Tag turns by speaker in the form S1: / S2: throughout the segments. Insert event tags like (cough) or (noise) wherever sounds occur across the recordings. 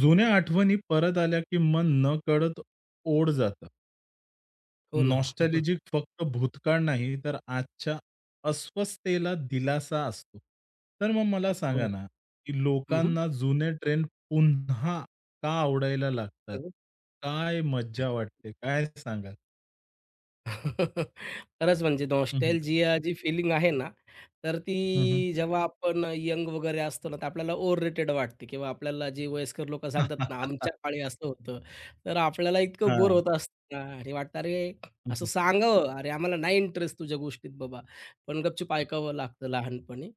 S1: जुन्या आठवणी परत आल्या की मन न नकळत ओढ जातं.
S2: हो ना. (laughs)
S1: नॉस्टॅल्जिक फक्त भूतकाळ नाही, तर आजच्या अस्वस्थतेला दिलासा असतो. तर मग मला सांगा
S2: हो.
S1: ना, की
S2: हं,
S1: लोकांना जुने ट्रेंड पुन्हा का आवडायला लागतात?
S2: (laughs)
S1: काय मज्जा वाटते? काय सांगाल?
S2: खरंच म्हणजे
S1: हं, हं.
S2: नॉस्टॅल्जिया जी फीलिंग आहे ना, तर
S1: हं, हं.
S2: ती जेव्हा आपण यंग वगैरे असतो ना, तर आपल्याला ओव्हर रेटेड वाटते किंवा आपल्याला जे वयस्कर लोकं सांगतात ना, आमच्या
S1: (laughs)
S2: काळी असं होतं. तर आपल्याला इतकं बोर
S1: हां.
S2: होत असतं ना आणि वाटतं, "अरे,
S1: हं,
S2: असं
S1: हं.
S2: सांगावं, अरे, आम्हाला नाही इंटरेस्ट तुझ्या गोष्टीत बाबा." पण गपचूप ऐकावं लागतं लहानपणी.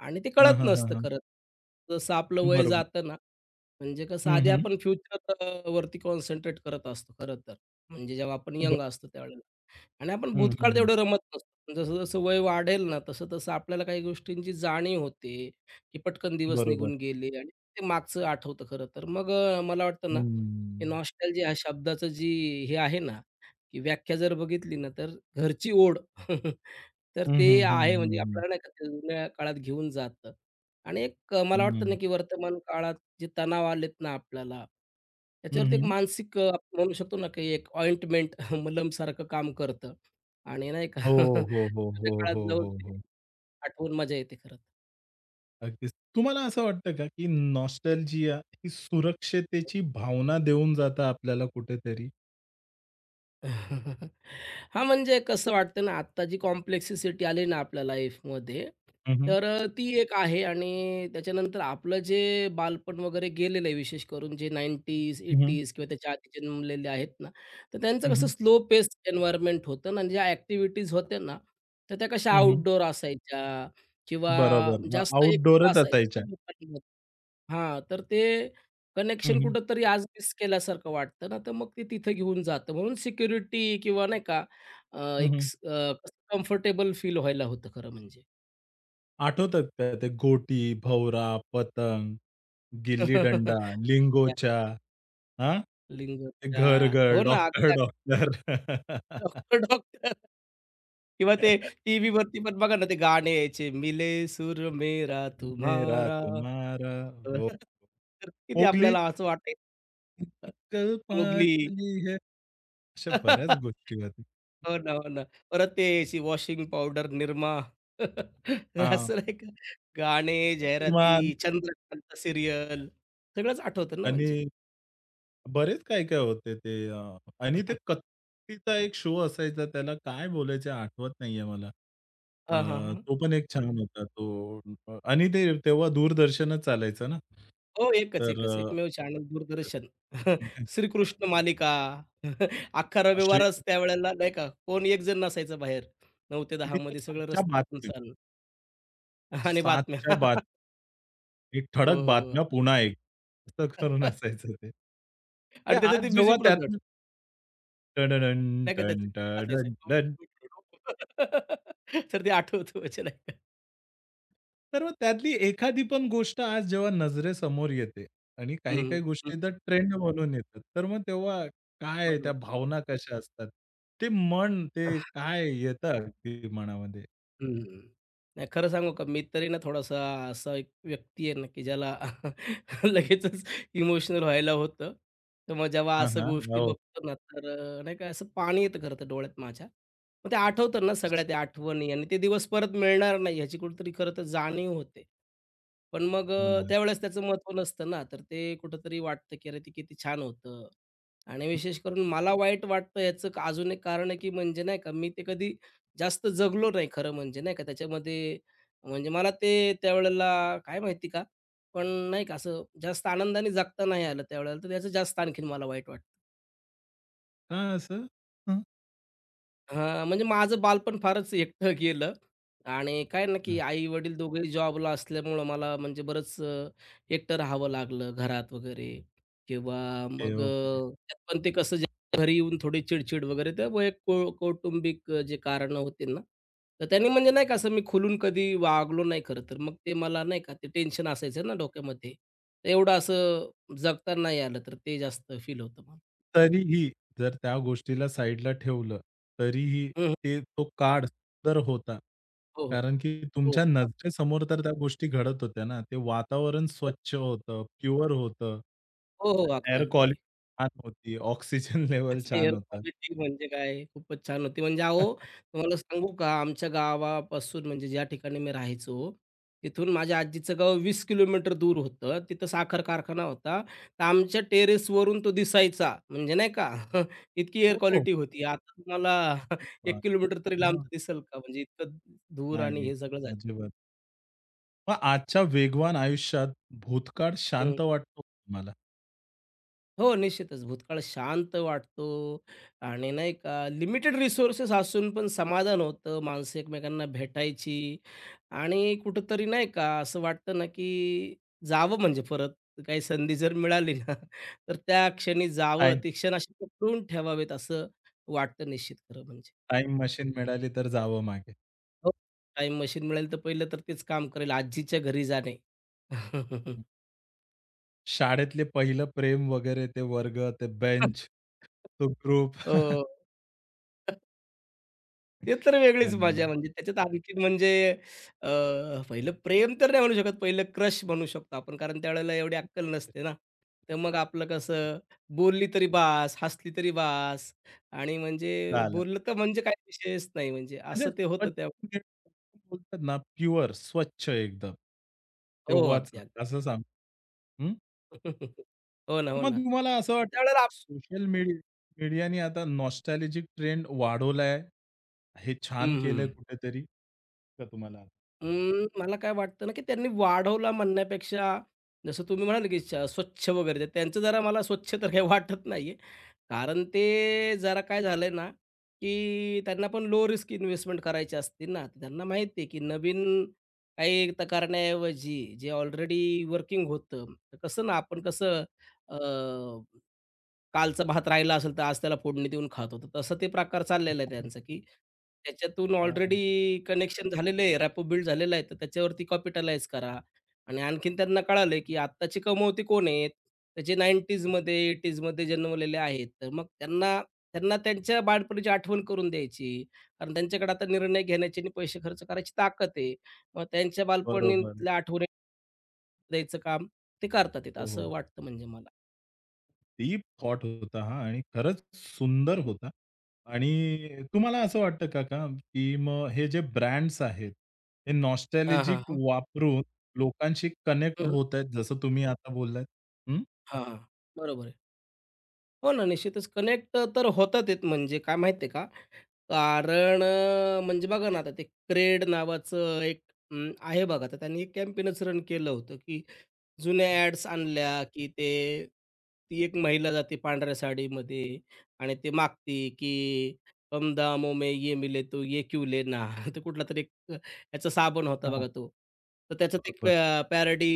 S2: आणि ते
S1: हां,
S2: कळत नसतं
S1: हां,
S2: खरं. जसं आपलं वय
S1: बरोबर.
S2: जातं ना, म्हणजे कसं
S1: हं,
S2: आधी
S1: हं.
S2: आपण फ्युचर वरती कॉन्सन्ट्रेट करत असतो खरं तर. म्हणजे जेव्हा आपण
S1: ब
S2: यंग असतो त्यावेळेला. आणि आपण
S1: हं, हं,
S2: भूतकाळ
S1: हं.
S2: तेवढं रमत नसतो. पण जसं-जसं वय वाढेल ना, तसं-तसं आपल्याला काही गोष्टींची जाणीव होते, की पटकन दिवस
S1: बरोबर.
S2: निघून गेले आणि ते मागचं आठवतं खरं तर. मग मला वाटतं ना, हे नॉस्टॅल्जिया ह्या शब्दाचं जी हे आहे ना, की व्याख्या जर बघितली ना, तर घरची ओढ. (laughs) तर
S1: हं,
S2: ते
S1: हं, हं,
S2: आहे
S1: हं,
S2: म्हणजे
S1: हं.
S2: आपल्याला नाही का ते जुन्या काळात घेऊन जातं आणि एक मला वाटतं ना,
S1: हं.
S2: की वर्तमान काळात जे तणाव आलेत ना आपल्याला,
S1: हं,
S2: त्याच्यावरती एक
S1: हं.
S2: मानसिक आपण म्हणू शकतो ना, की एक ऑइंटमेंट (laughs) मलमसारखं काम करतं आणि नाही का
S1: हो,
S2: (laughs)
S1: हो, हो,
S2: जुन्या
S1: हो,
S2: काळात
S1: हो,
S2: जाऊन
S1: हो,
S2: ती
S1: हो.
S2: आठवून मजा येते खरं
S1: अगदीच. तुम्हाला असं वाटतं का, की नॉस्टॅल्जिया ही
S2: तर.
S1: सुरक्षतेची भावना देऊन जातं आपल्याला कुठेतरी?
S2: (laughs) हां, म्हणजे कसं वाटतं ना, आत्ता जी कॉम्प्लेक्सिसिटी आली ना आपल्या लाईफमध्ये,
S1: हं, हं.
S2: तर ती एक आहे आणि त्याच्यानंतर आपलं जे बालपण वगैरे गेलेलं आहे, विशेष करून जे 90s,
S1: हं, हं.
S2: 80s किंवा त्याच्या आधी जन्मलेले आहेत ना, तर त्यांचं
S1: हं,
S2: कसं
S1: हं.
S2: स्लो पेस एन्व्हायर्नमेंट होतं ना आणि ज्या ॲक्टिव्हिटीज होत्या ना, तर त्या कशा
S1: हं, हं.
S2: आउटडोअर असायच्या किंवा
S1: बरोबर.
S2: जास्त एकोपा
S1: आउटडोअरच
S2: असायचा
S1: असायच्या.
S2: ना लोकांमध्ये. हां, तर ते
S1: हं,
S2: कनेक्शन
S1: हं.
S2: कुठेतरी आज मिस केल्यासारखं वाटतं ना, तर मग ते तिथे घेऊन जातं. म्हणून सिक्युरिटी किंवा नाही का
S1: हं,
S2: एक
S1: हं.
S2: कम्फर्टेबल फील व्हायला होतं खरं म्हणजे.
S1: आठवतात का ते गोटी, भवरा, पतंग, गिल्लीदंडा,
S2: (laughs) त्या
S1: लिंगोच्या, हां? ते
S2: लिंगोच्या.
S1: घर-घर,
S2: हो ना, त्या
S1: डॉक्टर-डॉक्टर.
S2: डॉक्टर-डॉक्टर. (laughs) किंवा ते
S1: (laughs)
S2: टीव्हीवरती पण बघा ना, ते गाणे यायचे, मिले सूर मेरा
S1: मेरा
S2: तुम्हारा.
S1: तुम्हारा वो
S2: (laughs) तर किती
S1: मोगली?
S2: आपल्याला असं वाटायचं, मोगली.
S1: कल्पातली है. अशा बऱ्याच
S2: (laughs)
S1: गोष्टी होत्या.
S2: हो ना, हो ना. परत ते अशी वॉशिंग पावडर, निरमा. तर (laughs)
S1: हां.
S2: असं नाही का, गाणे,
S1: शक्तिमान
S2: जाहिराती, चंद्रकांत सीरियल सगळंच आठवतं ना
S1: आणि
S2: म्हणजे.
S1: बरेच काय-काय होते ते. आणि ते कत्तीचा एक शो असायचा त्याला काय बोलायचे आठवत नाहीये मला. अ,
S2: हां, हां, हां.
S1: तो पण एक छान होता तो. आणि ते तेव्हा दूरदर्शनच चालायचं ना.
S2: हो, एकच,
S1: तर
S2: एकच.
S1: अ,
S2: एकमेव चॅनल दूरदर्शन. (laughs) श्रीकृष्ण मालिका. (laughs) अख्खा रविवारच त्यावेळेला नाही का, कोण एक जण नसायचं बाहेर. 9 ते
S1: आणि
S2: 10
S1: त्या
S2: मध्ये सगळं
S1: 7च्या
S2: रस्ते
S1: बातम्या,
S2: सुनसान आणि बातम्या.
S1: 7च्या बातम्या.
S2: (laughs)
S1: एक
S2: हो,
S1: ठळक
S2: हो.
S1: बातम्या पुन्हा एक. असं करून
S2: (laughs)
S1: असायचं ते. ते
S2: आणि
S1: आज
S2: त्याचं ते
S1: जेव्हा
S2: म्युझिक होतं.
S1: त्यातनं टडडण,
S2: नाही का
S1: टन,
S2: त्याचं म्युझिक
S1: टडन,
S2: असायचं. टुक,
S1: डन.
S2: टुक, टुक. (laughs) तर ते आठवतं म्हणजे नाही का.
S1: तर मग त्यातली एखादी पण गोष्ट आज जेव्हा नजरेसमोर येते आणि काही-काही
S2: हं, हं.
S1: गोष्टी तर ट्रेंड म्हणून येतात. तर मग तेव्हा काय त्या
S2: बरोबर.
S1: भावना कशा असतात? ते मन ते काय येतं अगदी मनामध्ये?
S2: हं. नाही खरं सांगू का, मी तरी ना थोडासा असा एक व्यक्ती आहे ना, की ज्याला (laughs) लगेचच इमोशनल व्हायला होतं. तर मग जेव्हा
S1: हां,
S2: असं
S1: हां.
S2: गोष्टी
S1: हो.
S2: बघतो ना, तर नाही का असं पाणी येतं खरं तर डोळ्यात माझ्या. मग ते आठवतात ना सगळ्या त्या आठवणी आणि ते दिवस परत मिळणार नाही ह्याची कुठेतरी खरं तर जाणीव होते. पण मग
S1: हो ना.
S2: त्यावेळेस त्याचं महत्त्व नसतं ना, तर ते कुठेतरी वाटतं, की अरे ते किती छान होतं. आणि विशेष करून मला वाईट वाटतं याचं अजून एक कारण आहे, की म्हणजे नाही का मी ते कधी जास्त जगलो नाही खरं म्हणजे, नाही का. त्याच्यामध्ये म्हणजे मला ते त्यावेळेला काय माहिती का? पण नाही का असं जास्त आनंदाने जगता नाही आलं त्यावेळेला, तर त्याचं जास्त आणखीन मला वाईट वाटतं.
S1: का असं? हं.
S2: हां, म्हणजे माझं बालपण फारच एकटं गेलं आणि काय ना, की आई-वडील दोघेही जॉबला असल्यामुळं मला म्हणजे बरंच एकटं राहावं लागलं घरात वगैरे किंवा
S1: ओके,
S2: मग
S1: ओके.
S2: त्यात पण ते कसं जे घरी येऊन थोडी चिडचिड वगैरे तर वैयक कौ कौटुंबिक जे कारणं होती ना, तर त्यांनी म्हणजे नाही का असं मी खुलून कधी वागलो नाही खरं तर. मग ते मला नाही का ते टेन्शन असायचं ना डोक्यामध्ये. तर एवढं असं जगता नाही आलं तर ते जास्त फील होतं मला.
S1: तरीही जर त्या गोष्टीला साइडला ठेवलं, तरीही
S2: हं, हं.
S1: ते तो काळ सुंदर होता.
S2: हो, हो.
S1: कारण की
S2: हो, हो.
S1: तुमच्या
S2: अग-
S1: नजरेसमोर तर त्या गोष्टी घडत होत्या ना. ते वातावरण
S2: हो.
S1: स्वच्छ होतं, प्युअर होतं.
S2: हो, हो. अगदी,
S1: एअर
S2: अगदी.
S1: क्वालिटी छान होती. ऑक्सिजन (laughs) लेव्हल छान
S2: हेअर
S1: होतं.
S2: क्वालिटी म्हणजे काय खूपच छान होती. म्हणजे अहो, तुम्हाला सांगू का आमच्या गावापासून म्हणजे ज्या ठिकाणी मी राहायचो, तिथून माझ्या आजीचं गाव 20 किलोमीटर दूर होतं. तिथं साखर कारखाना होता. तर आमच्या टेरेसवरून तो दिसायचा. म्हणजे नाही का (laughs) इतकी एअर
S1: हो, हो.
S2: क्वालिटी होती. आता तुम्हाला (laughs) एक
S1: (laughs)
S2: किलोमीटर तरी लांब
S1: हां.
S2: दिसेल का? म्हणजे इतकं धूर आणि
S1: नाही,
S2: हे सगळं झालं.
S1: अजिबात. मग आजच्या वेगवान आयुष्यात भूतकाळ शांत वाटतो तुम्हाला?
S2: हो, निश्चितच. भूतकाळ शांत वाटतो आणि नाही का लिमिटेड रिसोर्सेस असून पण समाधान होतं. माणसं एकमेकांना भेटायची आणि कुठेतरी नाही का असं वाटतं ना, की जावं म्हणजे परत काही संधी जर मिळाली ना, (laughs) तर त्या क्षणी जावं.
S1: टाईम
S2: ती क्षण अशी पकडून ठेवावेत असं वाटतं निश्चित खरं म्हणजे.
S1: टाईम मशीन मिळाली तर जावं मागे?
S2: हो, टाईम मशीन मिळेल तर पहिलं तर तेच काम करेल आजीच्या घरी जाणे. (laughs)
S1: शाळेतले पहिलं प्रेम वगैरे ते वर्ग, ते बेंच, तो ग्रुप. (laughs)
S2: हो. ते तर वेगळीच मजा
S1: हं.
S2: म्हणजे त्याच्यात आणखीन म्हणजे अ, पहिलं प्रेम तर नाही म्हणू शकत, पहिलं क्रश म्हणू शकतो आपण. कारण त्यावेळेला एवढी अक्कल नसते ना. तर मग आपलं कसं बोलली तरी बास, हसली तरी बास आणि म्हणजे
S1: चालेल.
S2: बोललं तर म्हणजे काही विषयच नाही म्हणजे
S1: म्हणजे
S2: असं ते होतं त्या.
S1: स्वच्छ बोलतात ना प्युअर, स्वच्छ एकदम.
S2: हो, अगदी,
S1: तेव्हाचं
S2: अगदी.
S1: असं सांग हं.
S2: (laughs) हो ना, हो
S1: मग
S2: ना.
S1: तुम्हाला असं वाटतं
S2: त्यावेळेला आप
S1: सोशल मीडियाने आता नॉस्टॅल्जिक ट्रेंड वाढवलाय, हे छान
S2: हं,
S1: केलंय
S2: हं.
S1: कुठेतरी, का तुम्हाला?
S2: मला काय वाटतं ना, की त्यांनी वाढवला म्हणण्यापेक्षा जसं तुम्ही म्हणाले, की स्वच्छ वगैरे ते त्यांचं जरा मला स्वच्छ तर काही वाटत नाहीये. कारण ते जरा काय झालंय ना, की त्यांना पण लो रिस्क इन्व्हेस्टमेंट करायची असते ना. तर त्यांना माहिती आहे, की नवीन काही तर करण्याऐवजी जे ऑलरेडी वर्किंग होतं, तर कसं ना आपण कसं अ, कालचा भात राहिला असेल तर आज त्याला फोडणी देऊन खातो. तर तसं ते प्रकार चाललेला आहे त्यांचं,
S1: (laughs)
S2: की त्याच्यातून
S1: हां.
S2: ऑलरेडी कनेक्शन झालेलं आहे, रॅपो बिल्ड झालेला आहे. तर त्याच्यावरती कॅपिटलाइज करा आणि आणखीन त्यांना कळालं, की आत्ताचे कमवते कोण आहेत? तर जे 90sमध्ये 80sमध्ये जन्मलेले आहेत. तर मग त्यांना त्यांना त्यांच्या बालपणीची आठवण करून द्यायची. कारण त्यांच्याकडे आता निर्णय घेण्याची आणि पैसे खर्च करायची ताकद आहे. मग त्यांच्या
S1: बरोबर.
S2: बालपणीतल्या आठवणी द्यायचं काम ते करतात आहेत,
S1: हो,
S2: असं
S1: हो.
S2: वाटतं म्हणजे मला.
S1: डीप थॉट होता हा आणि खरंच सुंदर होता. आणि तुम्हाला असं वाटतं का की मग हे जे ब्रँड्स आहेत, हे
S2: हां,
S1: नॉस्टॅल्जिक
S2: हां,
S1: वापरून लोकांशी कनेक्ट
S2: हां.
S1: होत आहेत, जसं तुम्ही आता बोललात? हं,
S2: हां, हां. बरोबर आहे. हो ना, निश्चितच कनेक्ट तर होतात आहेत म्हणजे काय माहिती आहे का? कारण म्हणजे बघा ना, आता ते क्रेड नावाचं एक आहे बघा, तर त्यांनी एक कॅम्पेनच रन केलं होतं, की जुन्या ॲड्स आणल्या, की ते ती एक महिला जाते पांढऱ्या साडीमध्ये आणि ते मागते, की "कम दामों में ये मिले तो ये क्यों लेना?" तर कुठलातरी (laughs) ह्याचा साबण होता
S1: हां.
S2: बघा तो. तर त्याचं ते एक
S1: बरोबर.
S2: पॅरडी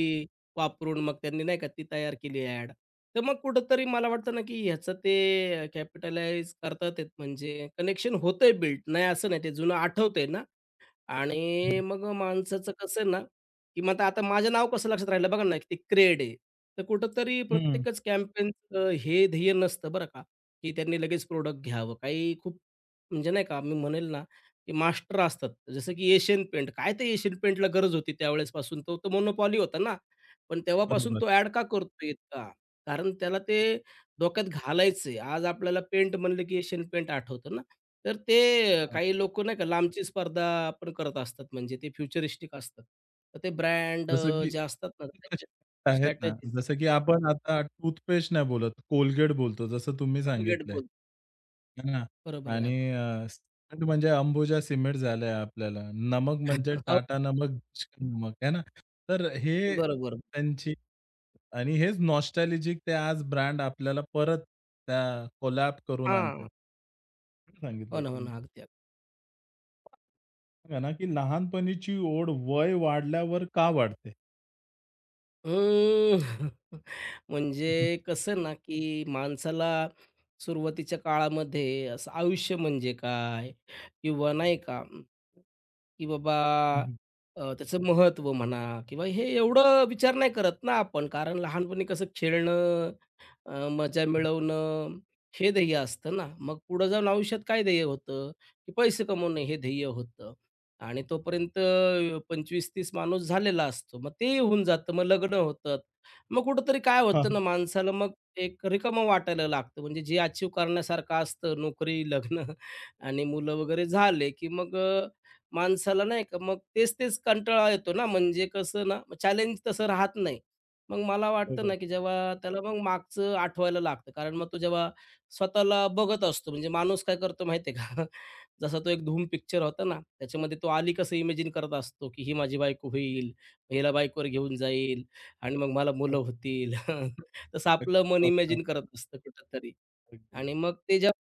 S2: वापरून मग त्यांनी नाही का ती तयार केली ॲड. तर मग कुठेतरी मला वाटतं ना, की ह्याचं ते कॅपिटलाइज करतात आहेत म्हणजे कनेक्शन होतंय बिल्ड. नाही असं नाही, ते जुनं आठवतंय ना,
S1: हं,
S2: आणि मग माणसाचं कसं आहे ना, की मग आता आता माझं नाव कसं लक्षात राहिलं बघा ना, ते क्रेड आहे. तर कुठेतरी
S1: हं,
S2: प्रत्येकच कॅम्पेनचं हे ध्येय नसतं बरं का, की त्यांनी लगेच प्रोडक्ट घ्यावं. काही खूप म्हणजे नाही का, मी म्हणेल ना, की मास्टर असतात. जसं की एशियन पेंट. काय ते एशियन पेंटला गरज होती त्यावेळेसपासून? तो तर मोनोपॉली होता ना, पण तेव्हापासून
S1: बरोबर.
S2: तो ॲड का करतोय इतका? कारण त्याला ते डोक्यात घालायचंय. आज आपल्याला पेंट म्हणलं, की एशियन पेंट आठवतं ना. तर ते काही लोकं नाही का लांबची स्पर्धा पण करत असतात. म्हणजे ते फ्युचरिस्टिक असतात. तर ते ब्रँड
S1: जसं की
S2: जे असतात ना
S1: (laughs)
S2: त्याच्या
S1: आहेत ना,
S2: स्ट्रॅटेजीज
S1: जसं की आपण आता टूथपेस्ट नाही बोलत, Colgate बोलतो जसं तुम्ही
S2: फॉरगेट
S1: सांगितलंय.
S2: बोल
S1: है ना?
S2: बरोबर आहे अगदी.
S1: सिमेंट म्हणजे अंबुजा सिमेंट झालंय आपल्याला. नमक म्हणजे
S2: (laughs) हो,
S1: टाटा नमक, जिंजर नमक है ना? तर हे
S2: बरोबर.
S1: त्यांची आणि हेच नॉस्टॅल्जिक ते आज ब्रँड आपल्याला परत त्या कोलॅब करून आणतात.
S2: हां.
S1: खरं
S2: हो
S1: सांगितलं
S2: ना, हो
S1: तुम्ही.
S2: ना. अगदी, अगदी.
S1: बघा ना, की लहानपणीची ओढ वय वाढल्यावर का वाढते?
S2: अं, (laughs) म्हणजे
S1: (laughs)
S2: कसं ना, की माणसाला सुरुवातीच्या काळामध्ये असं आयुष्य म्हणजे काय? किंवा नाही का की बाबा
S1: हं,
S2: त्याचं महत्त्व म्हणा किंवा हे एवढं विचार नाही करत ना आपण. कारण लहानपणी कसं खेळणं मजा मिळवणं हे ध्येय असतं ना. मग पुढे जाऊन आयुष्यात काय ध्येय होतं, की पैसे कमवणे हे ध्येय होतं. आणि तोपर्यंत 25-30 माणूस झालेला असतो. मग ते होऊन जातं. मग लग्न होतात. मग कुठेतरी काय होतं ना माणसाला मग एक रिकामं वाटायला लागतं. म्हणजे जे अचीव्ह करण्यासारखं असतं नोकरी, लग्न (laughs) आणि मुलं वगैरे झाले, की मग माणसाला नाही का मग तेच-तेच कंटाळा येतो ना. म्हणजे कसं ना, चॅलेंज तसं राहत नाही. मग मला वाटतं
S1: बरोबर.
S2: ना, की जेव्हा त्याला मग मागचं आठवायला लागतं. कारण मग तो जेव्हा स्वतःला बघत असतो. म्हणजे माणूस काय करतो माहिती आहे का? (laughs) जसा तो एक धूम पिक्चर होता ना, त्याच्यामध्ये तो आली कसं इमेजिन करत असतो, की ही माझी बायको होईल, हिला बाईकवर घेऊन जाईल आणि मग मला मुलं होतील. (laughs) तसं
S1: एक
S2: आपलं मन
S1: स्वप्न.
S2: इमॅजिन करत असतं कुठेतरी.
S1: अगदीच.
S2: आणि मग ते जेव्हा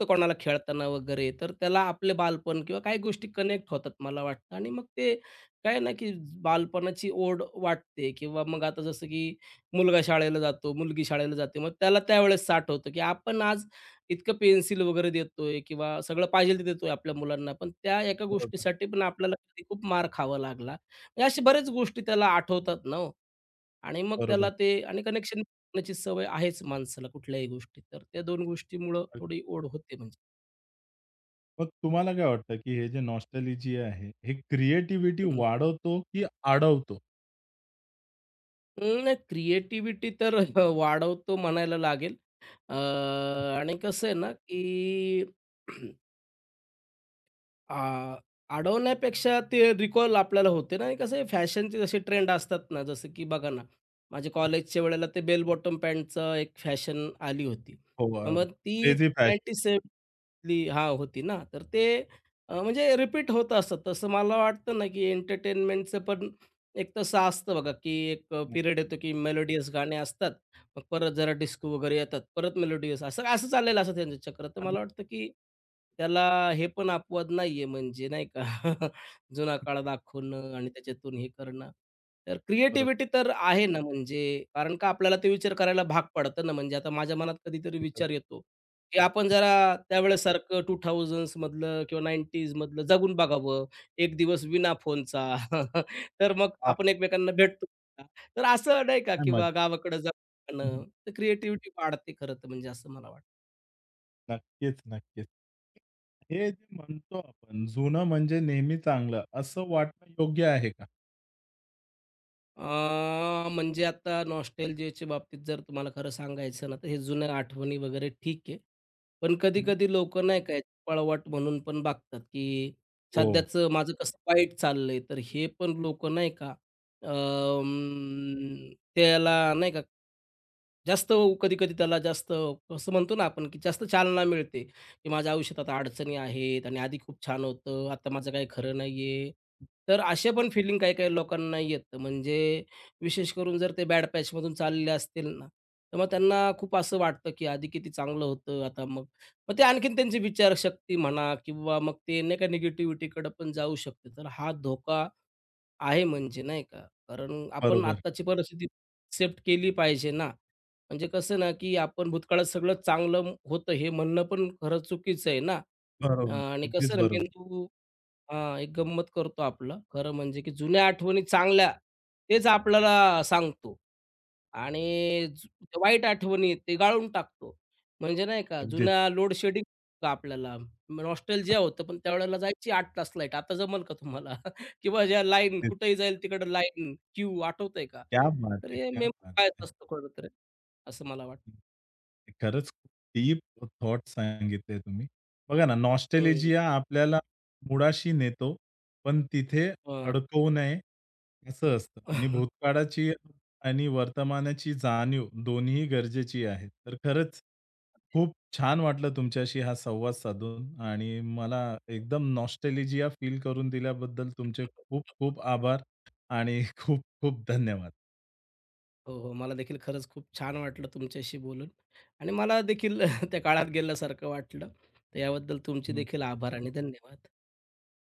S2: बघतो कोणाला खेळताना वगैरे, तर त्याला आपले बालपण किंवा काही गोष्टी कनेक्ट होतात मला वाटतं आणि मग ते काय आहे ना, की बालपणाची ओढ वाटते किंवा मग आता जसं की मुलगा शाळेला जातो, मुलगी शाळेला जाते. मग त्याला त्यावेळेस साठ होतं, की आपण आज इतकं पेन्सिल वगैरे देतोय किंवा सगळं पाहिजे ते देतोय आपल्या मुलांना, पण त्या एका
S1: बरोबर,
S2: गोष्टीसाठी पण आपल्याला कधी खूप मार खावा लागला. म्हणजे अशा बऱ्याच गोष्टी त्याला आठवतात ना हो. आणि मग
S1: बरोबर.
S2: त्याला ते आणि कनेक्शन करण्याची सवय आहेच माणसाला कुठल्याही गोष्टीत. तर त्या 2 गोष्टीमुळं
S1: अगदी.
S2: थोडी ओढ होते म्हणजे.
S1: मग तुम्हाला काय वाटतं, की हे जे नॉस्टॅल्जिया आहे, हे क्रिएटिव्हिटी
S2: हं,
S1: वाढवतो की अडवतो?
S2: हं, नाही क्रिएटिव्हिटी तर (laughs) वाढवतो म्हणायला लागेल. अ, आणि कसं आहे ना, की (clears throat) आ, अडवण्यापेक्षा ते रिकॉल आपल्याला होते ना आणि कसं आहे फॅशनचे जसे ट्रेंड असतात ना, जसं की बघा ना, माझ्या कॉलेजच्या वेळेला ते बेल बॉटम पॅन्टचं एक फॅशन आली होती.
S1: हो, अरे,
S2: मग ती
S1: क्रेझी फॅशन.
S2: 97ली हां, होती ना, तर ते म्हणजे रिपीट होत असतं. तसं मला वाटतं ना, की एंटरटेनमेंटचं पण एक तसं असतं बघा, की एक पिरियड येतो, की मेलोडियस गाणे असतात. मग परत जरा डिस्को वगैरे येतात, परत मेलोडियस असं असं चाललेलं असतं त्यांचं चक्र. तर
S1: अगदी
S2: मला वाटतं, की त्याला हे पण अपवाद नाहीये म्हणजे नाही का. (laughs) जुना काळ दाखवणं आणि त्याच्यातून हे करणं. तर क्रिएटिव्हिटी
S1: बरोबर.
S2: तर आहे ना म्हणजे कारण का आपल्याला ते विचार करायला भाग पडतं ना म्हणजे आता माझ्या मनात कधीतरी विचार येतो, की आपण जरा त्यावेळेसारखं 2000s मधलं किंवा 90s मधलं जगून बघावं, एक दिवस विना फोनचा. (laughs) तर मग
S1: वाह!
S2: आपण एकमेकांना भेटतो. का? तर असं नाही का
S1: काय मजा.
S2: किंवा गावाकडे
S1: हं,
S2: ऐकणं, तर क्रिएटिव्हिटी वाढते खरं तर म्हणजे असं मला वाटतं.
S1: नक्कीच, नक्कीच. हे जे म्हणतो आपण, जुनं म्हणजे नेहमी चांगलं, असं वाटणं योग्य आहे का?
S2: म्हणजे आता नॉस्टॅल्जियाच्या बाबतीत जर तुम्हाला खरं सांगायचं ना, तर हे जुन्या आठवणी वगैरे ठीक आहे. पण
S1: हं.
S2: कधी-कधी लोक नाही का, पळवाट म्हणून पण बघतात, की
S1: हो,
S2: सध्याचं माझं कसं वाईट चाललंय, तर हे पण लोक नाही का त्याला नाही का, जास्त कधी-कधी त्याला जास्त कसं म्हणतो ना आपण, की जास्त चालना मिळते. की माझ्या आयुष्यात आता अडचणी आहेत आणि आधी खूप छान होतं, आता माझं काही खरं नाहीये. तर असे पण फिलिंग काही-काही लोकांना येतं. म्हणजे विशेष करून जर ते बॅड पॅचमधून चालले असतील ना, तर मग त्यांना खूप असं वाटतं की आधी किती चांगलं होतं, आता मग मग ते आणखीन त्यांची विचारशक्ती म्हणा किंवा मग ते नाही का निगेटिव्हिटीकडे पण जाऊ शकते. तर हा धोका आहे म्हणजे नाही का. कारण आपण
S1: बरोबर,
S2: आत्ताची परिस्थिती एक्सेप्ट केली पाहिजे ना. म्हणजे कसं ना, की आपण भूतकाळात सगळं चांगलं होतं हे म्हणणं पण खरं चुकीचं आहे ना.
S1: बरोबर.
S2: आणि
S1: अगदीच
S2: कसं ना
S1: बरोबर.
S2: मेंदू हां, एक गंमत करतो आपलं. खरं म्हणजे की जुन्या आठवणी चांगल्या, तेच आपल्याला सांगतो आणि वाईट आठवणी आहेत, ते गाळून टाकतो. म्हणजे नाही का,
S1: अगदीच.
S2: जुना लोड शेडिंग का आपल्याला नॉस्टॅल्जिया होतं, पण त्यावेळेला जायची 8 तास लाईट. आता जमल का तुम्हाला? (laughs) किंवा ज्या लाईन
S1: अगदीच.
S2: कुठेही जाईल तिकडं लाईन, क्यू आठवतंय का?
S1: क्या बात
S2: तर
S1: है!
S2: हे
S1: क्या बात
S2: मेमरी
S1: है!
S2: असतं खरं तर, असं मला वाटतं.
S1: खरंच डीप थॉट सांगितले तुम्ही. बघा ना,
S2: हं,
S1: नॉस्टॅल्जिया आपल्याला मुळाशी नेतो, पण तिथे
S2: हां.
S1: अडकवू नये, असं असतं. आणि भूतकाळाची आणि वर्तमानाची जाणीव दोन्हीही गरजेची आहे. तर खरंच खूप छान वाटलं तुमच्याशी हा संवाद साधून आणि मला एकदम नॉस्टॅल्जिया फील करून दिल्याबद्दल तुमचे खूप खूप आभार आणि (laughs) खूप खूप धन्यवाद.
S2: हो, हो. मला देखील खरंच खूप छान वाटलं तुमच्याशी बोलून आणि मला देखील (laughs) त्या काळात गेल्यासारखं वाटलं. तर याबद्दल तुमचे देखील आभार आणि धन्यवाद.